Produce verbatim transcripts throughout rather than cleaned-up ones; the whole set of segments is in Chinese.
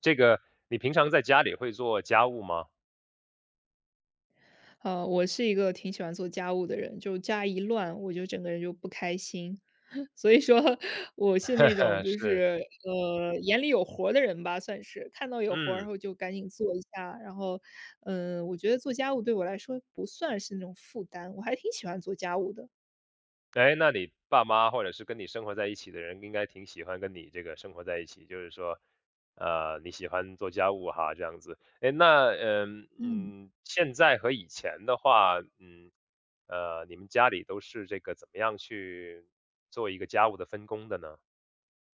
这个你平常在家里会做家务吗？呃，我是一个挺喜欢做家务的人，就家一乱，我就整个人就不开心。所以说我是那种 就是，是，呃，眼里有活儿的人吧，算是。看到有活儿，然嗯，后就赶紧做一下，然后，嗯，我觉得做家务对我来说不算是那种负担，我还挺喜欢做家务的，哎，那你爸妈或者是跟你生活在一起的人，应该挺喜欢跟你这个生活在一起，就是说，呃，你喜欢做家务哈，这样子。哎，那嗯嗯嗯，现在和以前的话，嗯，呃，你们家里都是这个怎么样去做一个家务的分工的呢？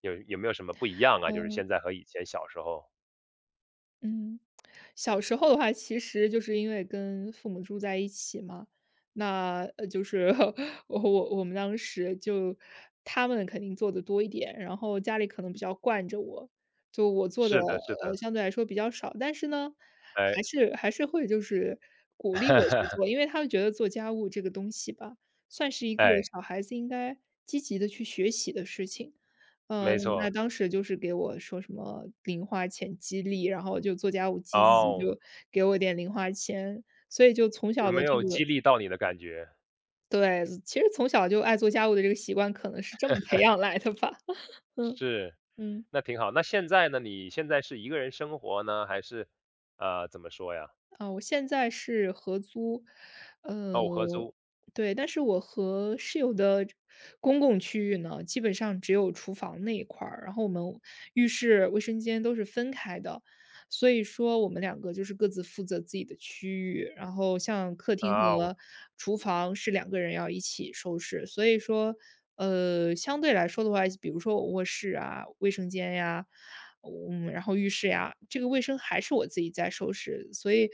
有有没有什么不一样啊？就是嗯。现在和以前小时候。嗯，小时候的话，其实就是因为跟父母住在一起嘛，那呃，就是 我我我们当时就他们肯定做的多一点，然后家里可能比较惯着我，就我做的是的，是呃的，相对来说比较少，但是呢，哎，还是还是会就是鼓励我去 做，因为他们觉得做家务这个东西吧，算是一个哎，小孩子应该积极的去学习的事情。没嗯，那错，当时就是给我说什么零花钱激励，然后就做家务积极，哦。就给我点零花钱。所以就从有小的没这有激个励到你的感觉？对，其实从小就爱做家务的这个习惯，可能是这么培养来的吧。嗯是，嗯。那挺好。那现在呢？你现在是一个人生活呢，还是呃怎么说呀？啊，我现在是合租，呃，哦，合租对，但是我和室友的公共区域呢，基本上只有厨房那一块儿，然后我们浴室、卫生间都是分开的，所以说我们两个就是各自负责自己的区域，然后像客厅啊，哦和厨房是两个人要一起收拾，所以说，呃，相对来说的话，比如说我卧室啊、卫生间呀、嗯，然后浴室呀，这个卫生还是我自己在收拾，所以，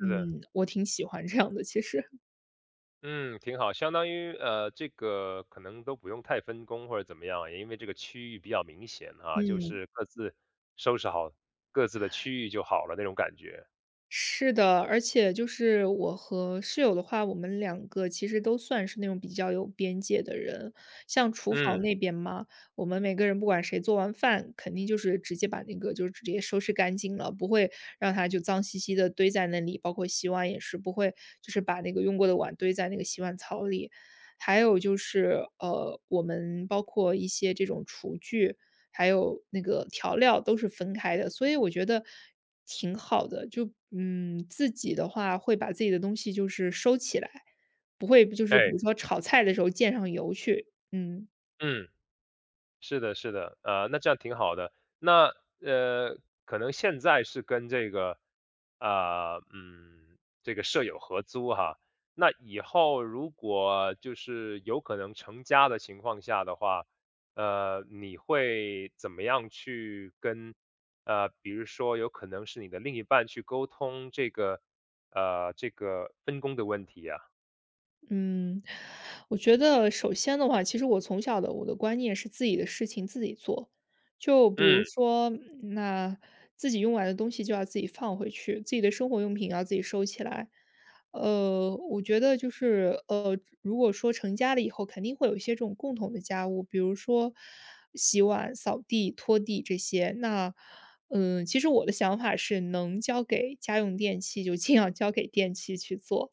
是的，我挺喜欢这样的，其实，嗯，挺好。相当于呃，这个可能都不用太分工或者怎么样啊，也因为这个区域比较明显哈，就嗯。是各自收拾好各自的区域就好了那种感觉。是的，而且就是我和室友的话，我们两个其实都算是那种比较有边界的人。像厨房嗯，那边嘛，我们每个人不管谁做完饭，肯定就是直接把那个就是直接收拾干净了，不会让它就脏兮兮的堆在那里。包括洗碗也是不会，就是把那个用过的碗堆在那个洗碗槽里。还有就是，呃，我们包括一些这种厨具，还有那个调料都是分开的，所以我觉得挺好的。就嗯，自己的话会把自己的东西就是收起来，不会就是比哎，如说炒菜的时候溅上油去，嗯。嗯。是的，是的，呃，那这样挺好的。那呃，可能现在是跟这个，啊，嗯，这个舍友合租哈。那以后如果就是有可能成家的情况下的话，呃，你会怎么样去跟，呃，比如说有可能是你的另一半去沟通这个，呃，这个分工的问题呀？嗯，我觉得首先的话，其实我从小的我的观念是自己的事情自己做，就比如嗯，说，那自己用完的东西就要自己放回去，自己的生活用品要自己收起来。呃，我觉得就是呃，如果说成家了以后，肯定会有一些这种共同的家务，比如说洗碗、扫地、拖地这些。那嗯，呃其实我的想法是，能交给家用电器就尽量交给电器去做。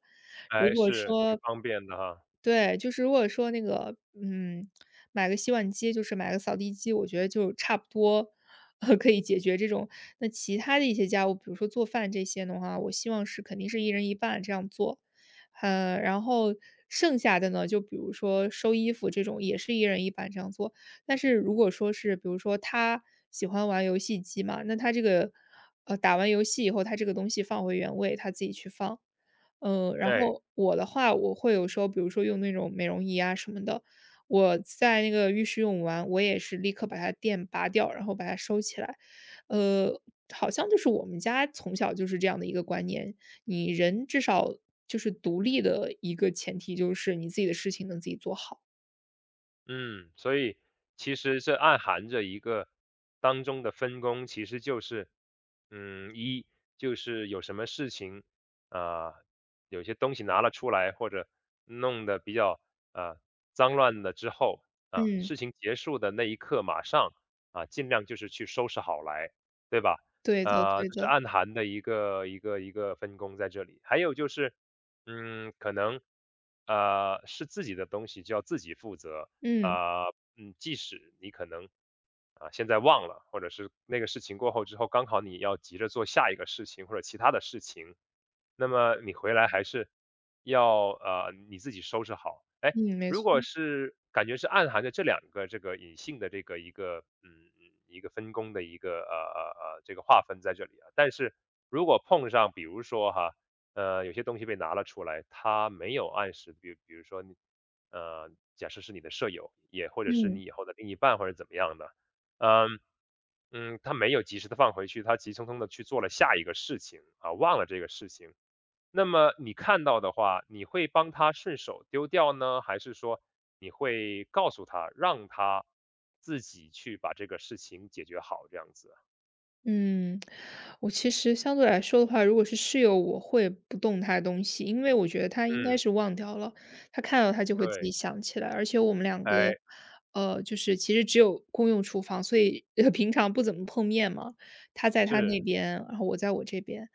如哎，果是挺说方便的哈，对，就是如果说那个，嗯，买个洗碗机，就是买个扫地机，我觉得就差不多，可以解决这种。那其他的一些家务，比如说做饭这些的话，我希望是肯定是一人一半这样做。呃，然后剩下的呢，就比如说收衣服这种，也是一人一半这样做。但是如果说是，比如说他喜欢玩游戏机嘛，那他这个，呃，打完游戏以后，他这个东西放回原位，他自己去放。嗯，然哎。后我的话，我会有时候比如说用那种美容仪啊什么的，我在那个浴室用完，我也是立刻把它电拔掉，然后把它收起来。呃，好像就是我们家从小就是这样的一个观念，你人至少就是独立的一个前提，就是你自己的事情能自己做好。嗯，所以其实这暗含着一个当中的分工，其实就是，嗯，一就是有什么事情啊、有些东西拿了出来或者弄得比较啊脏乱了之后啊、嗯，事情结束的那一刻马上啊、尽量就是去收拾好来，对吧？对的呃，对这是的，暗含的一个一个一个分工在这里。还有就是，嗯，可能啊是自己的东西就要自己负责，嗯，啊，嗯，即使你可能啊现在忘了，或者是那个事情过后之后，刚好你要急着做下一个事情或者其他的事情，那么你回来还是要呃你自己收拾好。哎，嗯，没如错，果是感觉是暗含着这两个这个隐性的这个一个嗯一个分工的一个呃呃呃这个划分在这里啊，但是如果碰上比如说哈呃有些东西被拿了出来，他没有按时，比比如说你。呃，假设是你的舍友，也或者是嗯。你以后的另一半或者怎么样的，嗯，嗯，他没有及时的放回去，他急匆匆的去做了下一个事情啊，忘了这个事情。那么你看到的话，你会帮他顺手丢掉呢，还是说你会告诉他，让他自己去把这个事情解决好，这样子？嗯，我其实相对来说的话，如果是室友，我会不动他的东西，因为我觉得他应该嗯，是忘掉了，他看到他就会自己对，想起来。而且我们两个，哎，呃，就是其实只有公用厨房，所以呃平常不怎么碰面嘛。他在他那是，边，然后我在我这边，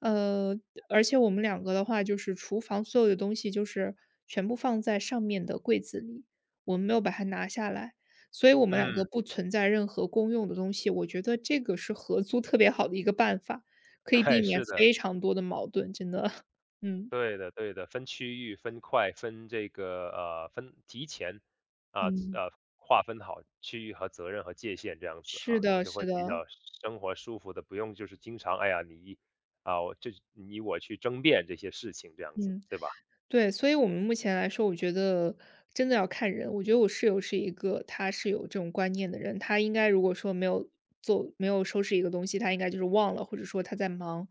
呃，而且我们两个的话，就是厨房所有的东西就是全部放在上面的柜子里，我们没有把它拿下来。所以我们两嗯，个不存在任何公用的东西，我觉得这个是合租特别好的一个办法，可以避哎，免是非的。常多的矛盾，真的。嗯，对的，对的，分区域、分块、分这个呃，分提前啊嗯，呃，划分好区域和责任和界限这样子是哈、那的就是会比的，较生活舒服的，不用就是经常哎呀你一啊我就你我去争辩这些事情这样子，对吧？对，所以我们目前来说，我觉得真的要看人。我觉得我室友是一个他是有这种观念的人，他应该如果说没有做没有收拾一个东西，他应该就是忘了，或者说他在忙。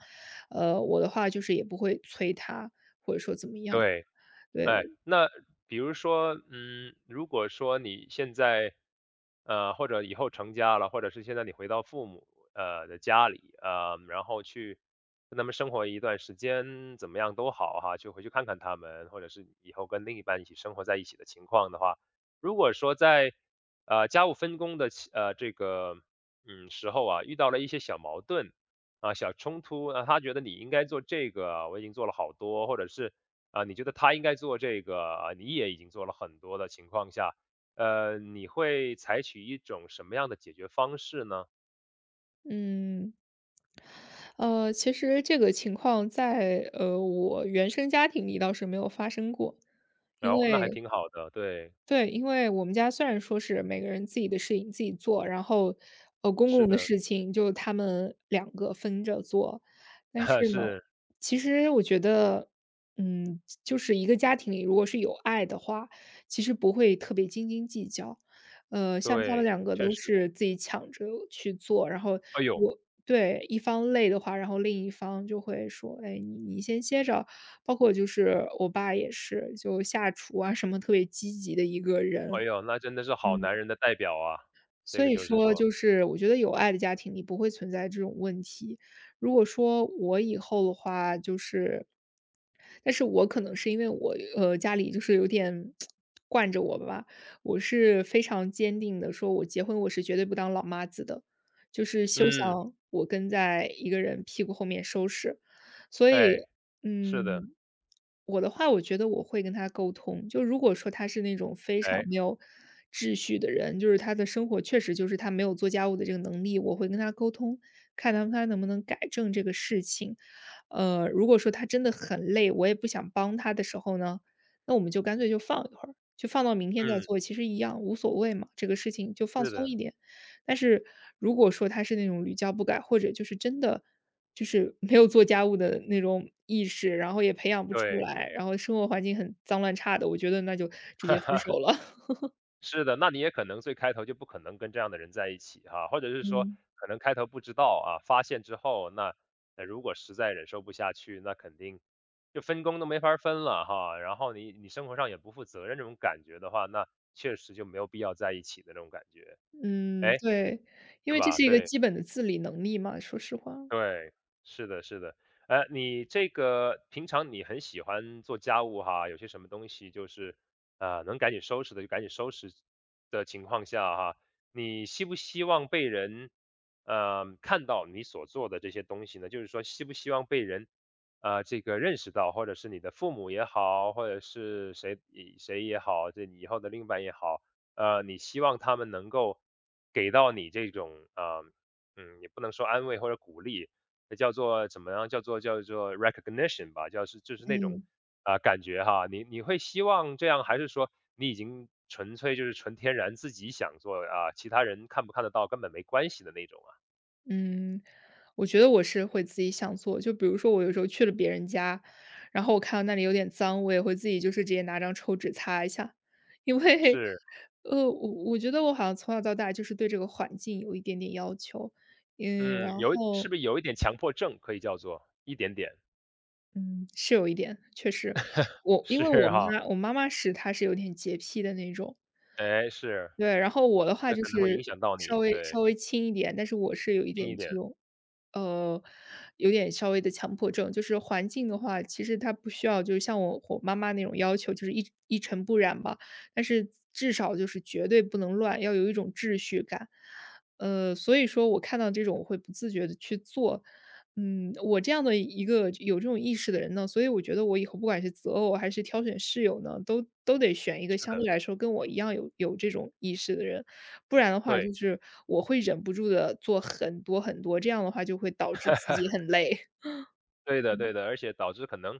呃，我的话就是也不会催他，或者说怎么样，对，对，哎，那比如说，嗯，如果说你现在，呃，或者以后成家了，或者是现在你回到父母呃的家里，呃，然后去跟他们生活一段时间，怎么样都好哈，就回去看看他们，或者是以后跟另一半一起生活在一起的情况的话，如果说在呃家务分工的其呃这个嗯时候啊，遇到了一些小矛盾啊、小冲突啊，他觉得你应该做这个啊，我已经做了好多，或者是。啊，你觉得他应该做这个，呃你也已经做了很多的情况下，呃，你会采取一种什么样的解决方式呢？嗯。呃，其实这个情况在，呃，我原生家庭里倒是没有发生过。因然后那还为挺好的，对，对，因为我们家虽然说是每个人自己的事情自己做，然后，呃，公是公的的，事情就他们两个分着做。但 是呢，是，其实我觉得，嗯，就是一个家庭里如果是有爱的话，其实不会特别斤斤计较。呃，像他们对，两个确都实，是自己抢着去做，然后哎呦，我对，一方累的话，然后另一方就会说：“哎，你你先歇着。”包括就是我爸也是，就下厨啊什么特别积极的一个人。哎呦，那真的是好嗯，男人的代表啊，这所个以就是说说，就是我觉得有爱的家庭里不会存在这种问题。如果说我以后的话，就是但是我可能是因为我呃家里就是有点 惯着我吧，我是非常坚定的说，我结婚我是绝对不当老妈子的，就是休嗯，想我跟在一个人屁股后面收拾。所以，哎，是的，嗯，我的话，我觉得我会跟他沟通。就如果说他是那种非常哎，没有秩序的人，就是他的生活确实就是他没有做家务的这个能力，我会跟他沟通，看他他能不能改正这个事情。呃，如果说他真的很累，我也不想帮他的时候呢，那我们就干脆就放一会儿，就放到明天再嗯，做，其实一样无所谓嘛，这个事情就放是松的，一点。但是如果说他是那种屡教不改，或者就是真的就是没有做家务的那种意识，然后也培养不出对。来，然后生活环境很脏乱差的，我觉得那就直接分手了。是的，那你也可能最开头就不可能跟这样的人在一起哈，或者是说嗯，可能开头不知道啊，发现之后，那呃如果实在忍受不下去，那肯定就分工都没法儿分了哈。然后你你生活上也不负责任这种感觉的话，那确实就没有必要在一起的那种感觉，嗯，哎，对，因是为这吧？是一个对。基本的自理能力嘛，说实话。对，是的，是的。呃，你这个平常你很喜欢做家务哈，有些什么东西就是呃能赶紧收拾的就赶紧收拾的情况下哈，你希不希望被人呃看到你所做的这些东西呢？就是说，希不希望被人呃这个认识到，或者是你的父母也好，或者是谁以谁也好，这你以后的另一半也好，呃，你希望他们能够给到你这种呃嗯，也不能说安慰或者鼓励，那叫做怎么样？叫做叫做 recognition 吧，叫是就是那种嗯，啊、感觉哈。你你会希望这样，还是说你已经纯粹就是纯天然自己想做啊，其他人看不看得到根本没关系的那种啊？嗯，我觉得我是会自己想做，就比如说我有时候去了别人家，然后我看到那里有点脏，我也会自己就是直接拿张抽纸擦一下，因为，是，呃，我我觉得我好像从小到大就是对这个环境有一点点要求，嗯，嗯，然有后是不是有一点强迫症可以叫做一点点？嗯，是有一点，确实。我因 为我是哈，妈我妈妈是她是有点洁癖的那种，哎是，对，然后我的话那就可能会影是响到稍你，微稍对，微轻一点，但是我是有一近一点点，这种呃，有点稍微的强迫症，就是环境的话，其实它不需要，就是像我我妈妈那种要求，就是一一尘不染吧。但是至少就是绝对不能乱，要有一种秩序感。呃，所以说我看到这种，我会不自觉的去做。嗯，我这样的一个有这种意识的人呢，所以我觉得我以后不管是择偶还是挑选室友呢，都都得选一个是相对的，来说跟我一样有有这种意识的人。不然的话，就对。是我会忍不住的做很多很多，这样的话就会导致自己很累。对的对的，而且导致可能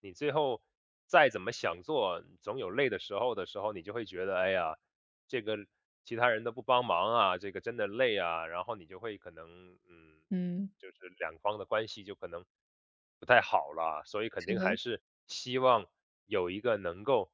你最后再怎么想做，总有累的时候的时候，你就会觉得，哎呀，这个其他人都不帮忙啊，这个真的累啊，然后你就会可能，嗯，嗯，就是两方的关系就可能不太好了，所以肯是定的，还是希望有一个能够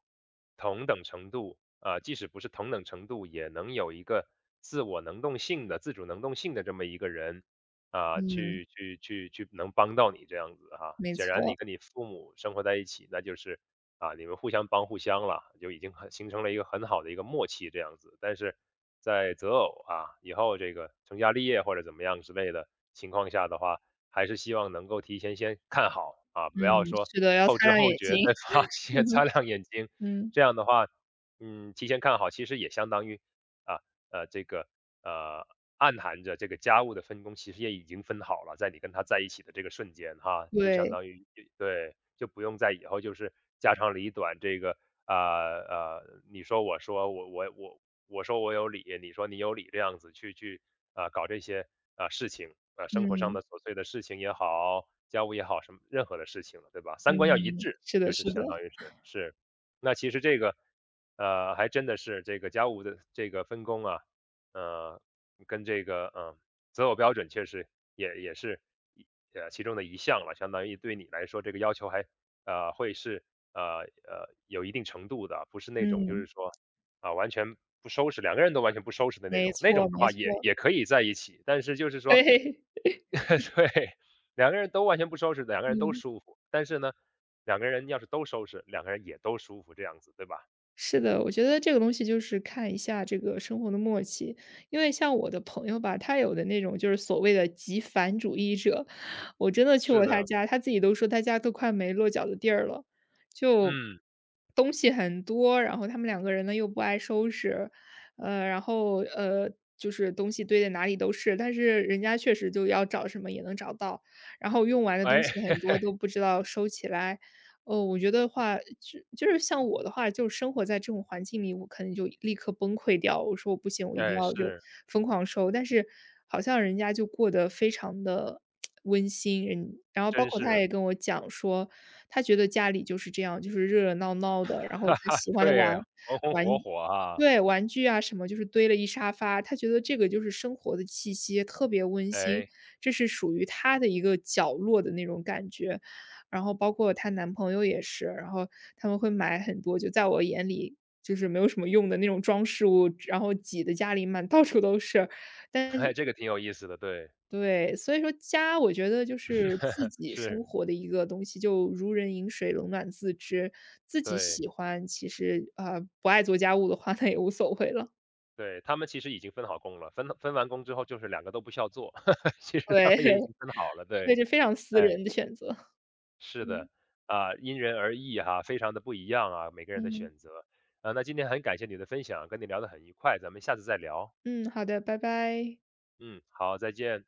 同等程度啊，即使不是同等程度，也能有一个自我能动性的、自主能动性的这么一个人，啊，嗯，去去去去能帮到你这样子哈。没显然你错，跟你父母生活在一起，那就是啊，你们互相帮互相了，就已经很形成了一个很好的一个默契这样子。但是在择偶啊，以后这个成家立业或者怎么样之类的情况下的话，还是希望能够提前先看好啊，不嗯，要说是的，要后擦知亮后眼觉睛。再发现 擦 亮眼睛，嗯，这样的话，嗯，提前看好其实也相当于啊，呃，这个呃，暗含着这个家务的分工其实也已经分好了，在你跟他在一起的这个瞬间哈，就相对，当于对，就不用在以后就是家长里短这个啊呃，呃你说我说我我我我说我有理，你说你有理这样子去去啊、呃搞这些啊、呃事情啊、呃生活上嗯，的琐碎的事情也好，家务也好，什么任何的事情了，对吧？三观要一嗯，致，是的就是是的，相当于是是，那其实这个呃还真的是这个家务的这个分工啊。呃，跟这个，呃，择偶标准确实也也是一呃，其中的一项了，相当于对你来说这个要求还，呃，会是，呃，呃，有一定程度的，不是那种就嗯，是说，啊，完全不收拾，两个人都完全不收拾的那没种，那错种的没话也错，也 可以在一起，但是就是嘿说 嘿 对，两个人都完全不收拾，两个人都嗯。舒服，但是呢，两个人要是都收拾，两个人也都舒服这样子，对吧？是的，我觉得这个东西就是看一下这个生活的默契。因为像我的朋友吧，他有的那种就是所谓的极繁主义者，我真的去是过他的，家，他自己都说他家都快没落脚的地儿了，就嗯，东西很多，然后他们两个人呢又不爱收拾，呃，然后呃就是东西堆在哪里都是，但是人家确实就要找什么也能找到，然后用完的东哎，西很多都不知道收起来，哦，我觉得话，就就是像我的话，就生活在这种环境里，我可能就立刻崩溃掉。我说我不行，我一定哎，要就是，疯狂瘦。但是好像人家就过得非常的温馨，人然后包真括他是。也跟我讲说，他觉得家里就是这样，就是热热闹闹的，然 后哈他哈，喜欢的玩对，红红火玩火啊，对，玩具啊什么就是堆了一沙发，他觉得这个就是生活的气息，特别温馨，哎，这是属于他的一个角落的那种感觉。然后包括她男朋友也是，然后他们会买很多，就在我眼里就是没有什么用的那种装饰物，然后挤的家里满 到处都是。但 哎，是这个挺有意思的，对，对，所以说家我觉得就是自己生是，活的一个东西，就如人饮水，冷暖自知，自己对，喜欢，其实呃不爱做家务的话，那也无所谓了。对，他们其实已经分好工了，分分完工之后就是两个都不需要做，其实他对，们也已 经分好了，对，对，是非常私哎，人的选择。是嗯，的，啊，因人而异哈，非常的不一样啊，每个嗯人的嗯。选择，啊，那今天很感谢你的分享，跟你聊得很愉快，咱们下次再聊，嗯，好的，拜拜。嗯，好，再见。